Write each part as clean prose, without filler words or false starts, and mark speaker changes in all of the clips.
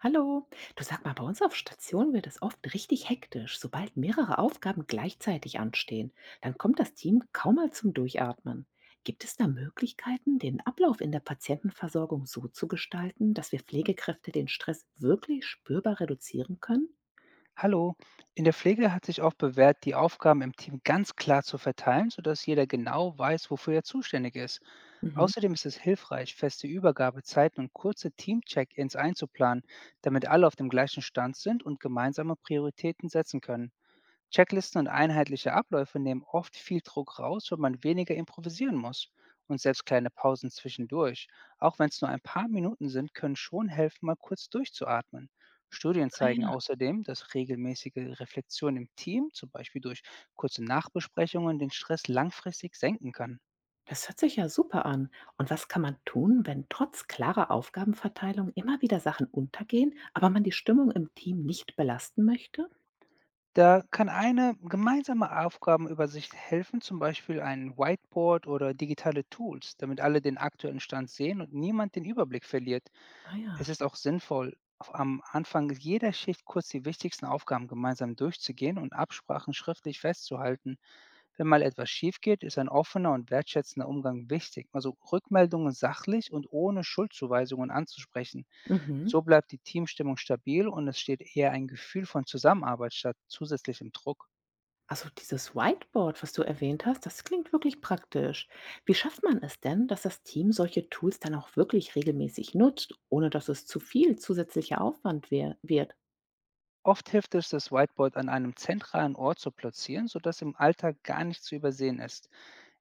Speaker 1: Hallo. Du, sag mal, bei uns auf Station wird es oft richtig hektisch, sobald mehrere Aufgaben gleichzeitig anstehen. Dann kommt das Team kaum mal zum Durchatmen. Gibt es da Möglichkeiten, den Ablauf in der Patientenversorgung so zu gestalten, dass wir Pflegekräfte den Stress wirklich spürbar reduzieren können?
Speaker 2: Hallo. In der Pflege hat sich oft bewährt, die Aufgaben im Team ganz klar zu verteilen, sodass jeder genau weiß, wofür er zuständig ist.
Speaker 1: Mhm.
Speaker 2: Außerdem ist es hilfreich, feste Übergabezeiten und kurze Team-Check-ins einzuplanen, damit alle auf dem gleichen Stand sind und gemeinsame Prioritäten setzen können. Checklisten und einheitliche Abläufe nehmen oft viel Druck raus, wenn man weniger improvisieren muss. Und selbst kleine Pausen zwischendurch, auch wenn es nur ein paar Minuten sind, können schon helfen, mal kurz durchzuatmen. Studien
Speaker 1: Ah
Speaker 2: zeigen
Speaker 1: ja.
Speaker 2: außerdem, dass regelmäßige Reflexion im Team, zum Beispiel durch kurze Nachbesprechungen, den Stress langfristig senken kann.
Speaker 1: Das hört sich ja super an. Und was kann man tun, wenn trotz klarer Aufgabenverteilung immer wieder Sachen untergehen, aber man die Stimmung im Team nicht belasten möchte?
Speaker 2: Da kann eine gemeinsame Aufgabenübersicht helfen, zum Beispiel ein Whiteboard oder digitale Tools, damit alle den aktuellen Stand sehen und niemand den Überblick verliert.
Speaker 1: Ah
Speaker 2: Es
Speaker 1: ja.
Speaker 2: ist auch sinnvoll, auf am Anfang jeder Schicht kurz die wichtigsten Aufgaben gemeinsam durchzugehen und Absprachen schriftlich festzuhalten. Wenn mal etwas schief geht, ist ein offener und wertschätzender Umgang wichtig, also Rückmeldungen sachlich und ohne Schuldzuweisungen anzusprechen.
Speaker 1: Mhm.
Speaker 2: So bleibt die Teamstimmung stabil und es steht eher ein Gefühl von Zusammenarbeit statt zusätzlichem Druck.
Speaker 1: Also dieses Whiteboard, was du erwähnt hast, das klingt wirklich praktisch. Wie schafft man es denn, dass das Team solche Tools dann auch wirklich regelmäßig nutzt, ohne dass es zu viel zusätzlicher Aufwand wird?
Speaker 2: Oft hilft es, das Whiteboard an einem zentralen Ort zu platzieren, sodass im Alltag gar nichts zu übersehen ist.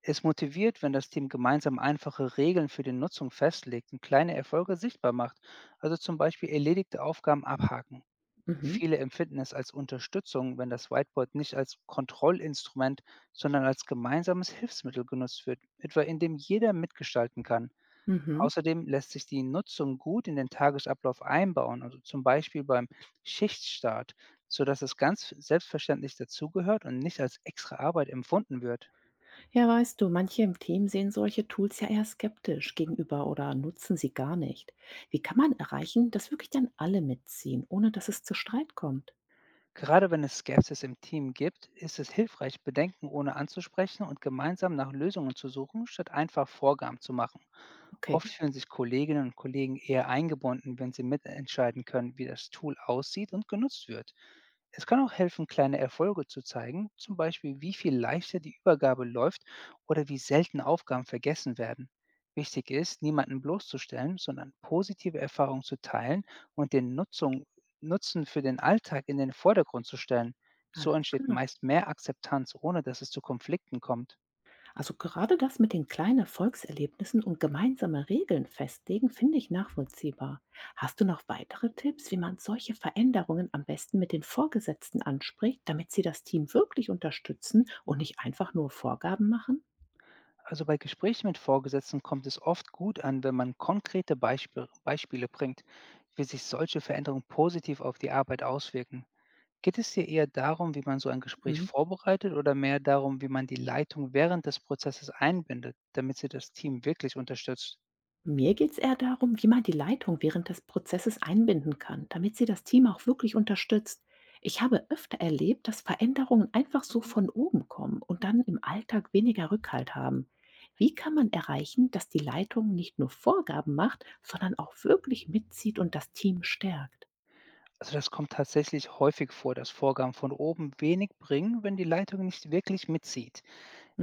Speaker 2: Es motiviert, wenn das Team gemeinsam einfache Regeln für die Nutzung festlegt und kleine Erfolge sichtbar macht, also zum Beispiel erledigte Aufgaben abhaken.
Speaker 1: Mhm.
Speaker 2: Viele empfinden es als Unterstützung, wenn das Whiteboard nicht als Kontrollinstrument, sondern als gemeinsames Hilfsmittel genutzt wird, etwa indem jeder mitgestalten kann.
Speaker 1: Mhm.
Speaker 2: Außerdem lässt sich die Nutzung gut in den Tagesablauf einbauen, also zum Beispiel beim Schichtstart, sodass es ganz selbstverständlich dazugehört und nicht als extra Arbeit empfunden wird.
Speaker 1: Ja, weißt du, manche im Team sehen solche Tools ja eher skeptisch gegenüber oder nutzen sie gar nicht. Wie kann man erreichen, dass wirklich dann alle mitziehen, ohne dass es zu Streit kommt?
Speaker 2: Gerade wenn es Skepsis im Team gibt, ist es hilfreich, Bedenken ohne anzusprechen und gemeinsam nach Lösungen zu suchen, statt einfach Vorgaben zu machen.
Speaker 1: Okay,
Speaker 2: Oft fühlen sich Kolleginnen und Kollegen eher eingebunden, wenn sie mitentscheiden können, wie das Tool aussieht und genutzt wird. Es kann auch helfen, kleine Erfolge zu zeigen, zum Beispiel wie viel leichter die Übergabe läuft oder wie selten Aufgaben vergessen werden. Wichtig ist, niemanden bloßzustellen, sondern positive Erfahrungen zu teilen und den Nutzung Nutzen für den Alltag in den Vordergrund zu stellen. So
Speaker 1: alles
Speaker 2: entsteht
Speaker 1: klar.
Speaker 2: meist mehr Akzeptanz, ohne dass es zu Konflikten kommt.
Speaker 1: Also gerade das mit den kleinen Erfolgserlebnissen und gemeinsame Regeln festlegen, finde ich nachvollziehbar. Hast du noch weitere Tipps, wie man solche Veränderungen am besten mit den Vorgesetzten anspricht, damit sie das Team wirklich unterstützen und nicht einfach nur Vorgaben machen?
Speaker 2: Also bei Gesprächen mit Vorgesetzten kommt es oft gut an, wenn man konkrete Beispiele bringt, wie sich solche Veränderungen positiv auf die Arbeit auswirken. Geht es dir eher darum, wie man so ein Gespräch
Speaker 1: Mhm.
Speaker 2: vorbereitet oder mehr darum, wie man die Leitung während des Prozesses einbindet, damit sie das Team wirklich unterstützt?
Speaker 1: Mir geht es eher darum, wie man die Leitung während des Prozesses einbinden kann, damit sie das Team auch wirklich unterstützt. Ich habe öfter erlebt, dass Veränderungen einfach so von oben kommen und dann im Alltag weniger Rückhalt haben. Wie kann man erreichen, dass die Leitung nicht nur Vorgaben macht, sondern auch wirklich mitzieht und das Team stärkt?
Speaker 2: Also das kommt tatsächlich häufig vor, dass Vorgaben von oben wenig bringen, wenn die Leitung nicht wirklich mitzieht.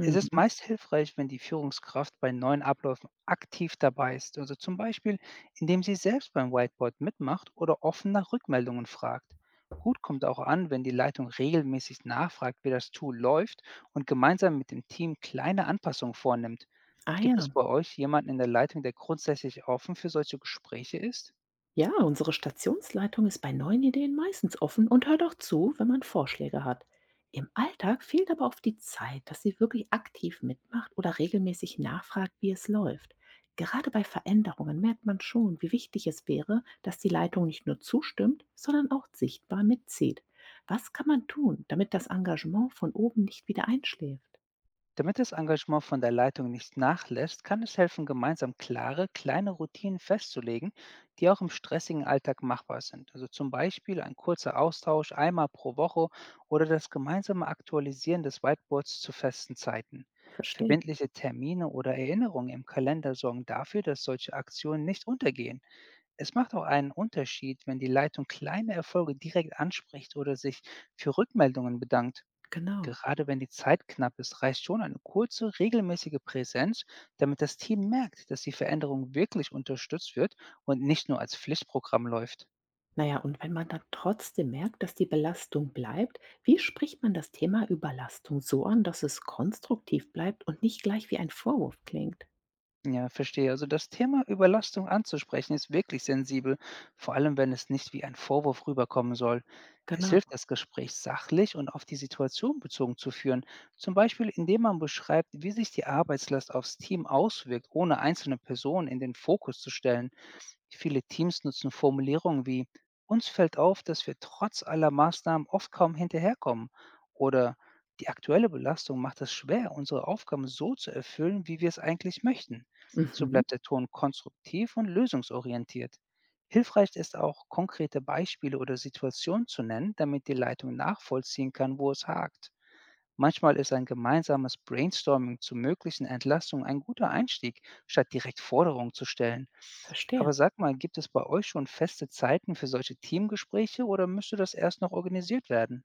Speaker 2: Es ist meist hilfreich, wenn die Führungskraft bei neuen Abläufen aktiv dabei ist, also zum Beispiel, indem sie selbst beim Whiteboard mitmacht oder offen nach Rückmeldungen fragt. Gut kommt auch an, wenn die Leitung regelmäßig nachfragt, wie das Tool läuft und gemeinsam mit dem Team kleine Anpassungen vornimmt.
Speaker 1: Ah
Speaker 2: Gibt es
Speaker 1: ja.
Speaker 2: bei euch jemanden in der Leitung, der grundsätzlich offen für solche Gespräche ist?
Speaker 1: Ja, unsere Stationsleitung ist bei neuen Ideen meistens offen und hört auch zu, wenn man Vorschläge hat. Im Alltag fehlt aber oft die Zeit, dass sie wirklich aktiv mitmacht oder regelmäßig nachfragt, wie es läuft. Gerade bei Veränderungen merkt man schon, wie wichtig es wäre, dass die Leitung nicht nur zustimmt, sondern auch sichtbar mitzieht. Was kann man tun, damit das Engagement von oben nicht wieder einschläft?
Speaker 2: Damit das Engagement von der Leitung nicht nachlässt, kann es helfen, gemeinsam klare, kleine Routinen festzulegen, die auch im stressigen Alltag machbar sind. Also zum Beispiel ein kurzer Austausch einmal pro Woche oder das gemeinsame Aktualisieren des Whiteboards zu festen Zeiten.
Speaker 1: Verstehe,
Speaker 2: Verbindliche Termine oder Erinnerungen im Kalender sorgen dafür, dass solche Aktionen nicht untergehen. Es macht auch einen Unterschied, wenn die Leitung kleine Erfolge direkt anspricht oder sich für Rückmeldungen bedankt.
Speaker 1: genau.
Speaker 2: Gerade wenn die Zeit knapp ist, reicht schon eine kurze, regelmäßige Präsenz, damit das Team merkt, dass die Veränderung wirklich unterstützt wird und nicht nur als Pflichtprogramm läuft.
Speaker 1: Na ja, und wenn man dann trotzdem merkt, dass die Belastung bleibt, wie spricht man das Thema Überlastung so an, dass es konstruktiv bleibt und nicht gleich wie ein Vorwurf klingt?
Speaker 2: Ja, verstehe. Also das Thema Überlastung anzusprechen ist wirklich sensibel, vor allem wenn es nicht wie ein Vorwurf rüberkommen soll. Es hilft,
Speaker 1: Genau.
Speaker 2: das Gespräch sachlich und auf die Situation bezogen zu führen, zum Beispiel indem man beschreibt, wie sich die Arbeitslast aufs Team auswirkt, ohne einzelne Personen in den Fokus zu stellen. Viele Teams nutzen Formulierungen wie uns fällt auf, dass wir trotz aller Maßnahmen oft kaum hinterherkommen oder die aktuelle Belastung macht es schwer, unsere Aufgaben so zu erfüllen, wie wir es eigentlich möchten. So
Speaker 1: Mhm.
Speaker 2: bleibt der Ton konstruktiv und lösungsorientiert. Hilfreich ist auch, konkrete Beispiele oder Situationen zu nennen, damit die Leitung nachvollziehen kann, wo es hakt. Manchmal ist ein gemeinsames Brainstorming zu möglichen Entlastungen ein guter Einstieg, statt direkt Forderungen zu stellen.
Speaker 1: Verstehe.
Speaker 2: Aber sag mal, gibt es bei euch schon feste Zeiten für solche Teamgespräche oder müsste das erst noch organisiert werden?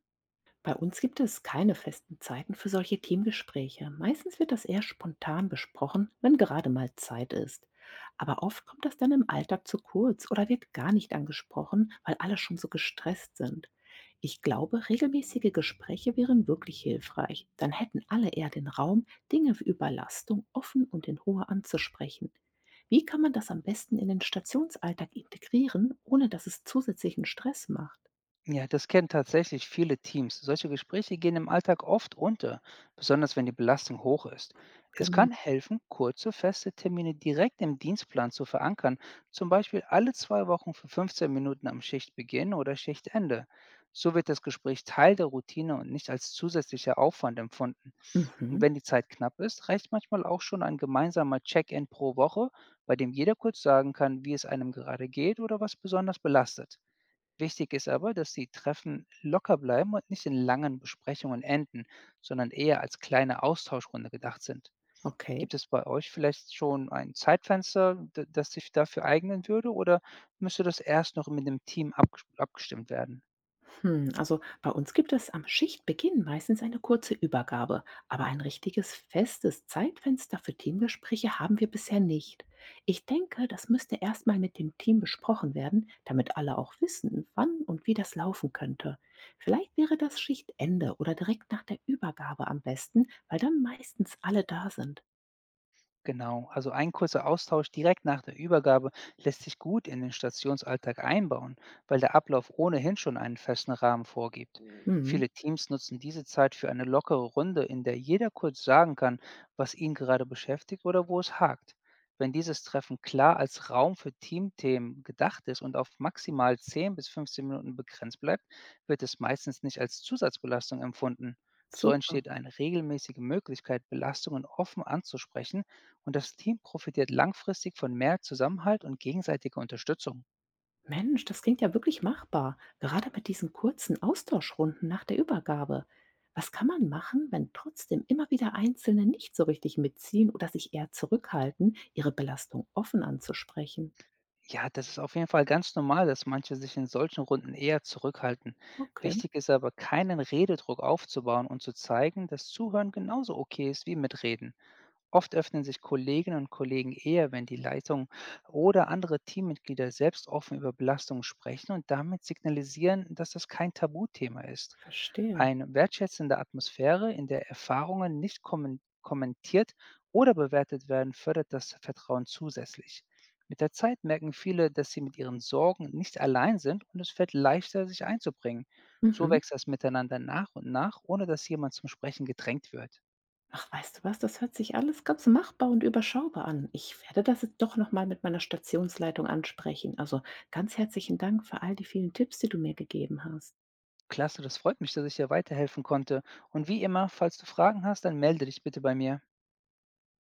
Speaker 1: Bei uns gibt es keine festen Zeiten für solche Teamgespräche. Meistens wird das eher spontan besprochen, wenn gerade mal Zeit ist. Aber oft kommt das dann im Alltag zu kurz oder wird gar nicht angesprochen, weil alle schon so gestresst sind. Ich glaube, regelmäßige Gespräche wären wirklich hilfreich. Dann hätten alle eher den Raum, Dinge wie Überlastung offen und in Ruhe anzusprechen. Wie kann man das am besten in den Stationsalltag integrieren, ohne dass es zusätzlichen Stress macht?
Speaker 2: Ja, das kennen tatsächlich viele Teams. Solche Gespräche gehen im Alltag oft unter, besonders wenn die Belastung hoch ist. Es
Speaker 1: Genau.
Speaker 2: kann helfen, kurze, feste Termine direkt im Dienstplan zu verankern, zum Beispiel alle 2 Wochen für 15 Minuten am Schichtbeginn oder Schichtende. So wird das Gespräch Teil der Routine und nicht als zusätzlicher Aufwand empfunden. Und
Speaker 1: Mhm.
Speaker 2: wenn die Zeit knapp ist, reicht manchmal auch schon ein gemeinsamer Check-in pro Woche, bei dem jeder kurz sagen kann, wie es einem gerade geht oder was besonders belastet. Wichtig ist aber, dass die Treffen locker bleiben und nicht in langen Besprechungen enden, sondern eher als kleine Austauschrunde gedacht sind.
Speaker 1: Okay.
Speaker 2: Gibt es bei euch vielleicht schon ein Zeitfenster, das sich dafür eignen würde, oder müsste das erst noch mit dem Team abgestimmt werden?
Speaker 1: Hm, also bei uns gibt es am Schichtbeginn meistens eine kurze Übergabe, aber ein richtiges festes Zeitfenster für Teamgespräche haben wir bisher nicht. Ich denke, das müsste erstmal mit dem Team besprochen werden, damit alle auch wissen, wann und wie das laufen könnte. Vielleicht wäre das Schichtende oder direkt nach der Übergabe am besten, weil dann meistens alle da sind.
Speaker 2: Genau, also ein kurzer Austausch direkt nach der Übergabe lässt sich gut in den Stationsalltag einbauen, weil der Ablauf ohnehin schon einen festen Rahmen vorgibt.
Speaker 1: Hm,
Speaker 2: Viele Teams nutzen diese Zeit für eine lockere Runde, in der jeder kurz sagen kann, was ihn gerade beschäftigt oder wo es hakt. Wenn dieses Treffen klar als Raum für Teamthemen gedacht ist und auf maximal 10 bis 15 Minuten begrenzt bleibt, wird es meistens nicht als Zusatzbelastung empfunden. So
Speaker 1: super.
Speaker 2: entsteht eine regelmäßige Möglichkeit, Belastungen offen anzusprechen und das Team profitiert langfristig von mehr Zusammenhalt und gegenseitiger Unterstützung.
Speaker 1: Mensch, das klingt ja wirklich machbar, gerade mit diesen kurzen Austauschrunden nach der Übergabe. Was kann man machen, wenn trotzdem immer wieder Einzelne nicht so richtig mitziehen oder sich eher zurückhalten, ihre Belastung offen anzusprechen?
Speaker 2: Ja, das ist auf jeden Fall ganz normal, dass manche sich in solchen Runden eher zurückhalten.
Speaker 1: Okay,
Speaker 2: Wichtig ist aber, keinen Rededruck aufzubauen und zu zeigen, dass Zuhören genauso okay ist wie Mitreden. Oft öffnen sich Kolleginnen und Kollegen eher, wenn die Leitung oder andere Teammitglieder selbst offen über Belastungen sprechen und damit signalisieren, dass das kein Tabuthema ist.
Speaker 1: verstehe.
Speaker 2: Eine wertschätzende Atmosphäre, in der Erfahrungen nicht kommentiert oder bewertet werden, fördert das Vertrauen zusätzlich. Mit der Zeit merken viele, dass sie mit ihren Sorgen nicht allein sind und es fällt leichter, sich einzubringen. So
Speaker 1: Mhm.
Speaker 2: wächst das Miteinander nach und nach, ohne dass jemand zum Sprechen gedrängt wird.
Speaker 1: Ach, weißt du was, das hört sich alles ganz machbar und überschaubar an. Ich werde das jetzt doch nochmal mit meiner Stationsleitung ansprechen. Also ganz herzlichen Dank für all die vielen Tipps, die du mir gegeben hast.
Speaker 2: Klasse, das freut mich, dass ich dir weiterhelfen konnte. Und wie immer, falls du Fragen hast, dann melde dich bitte bei mir.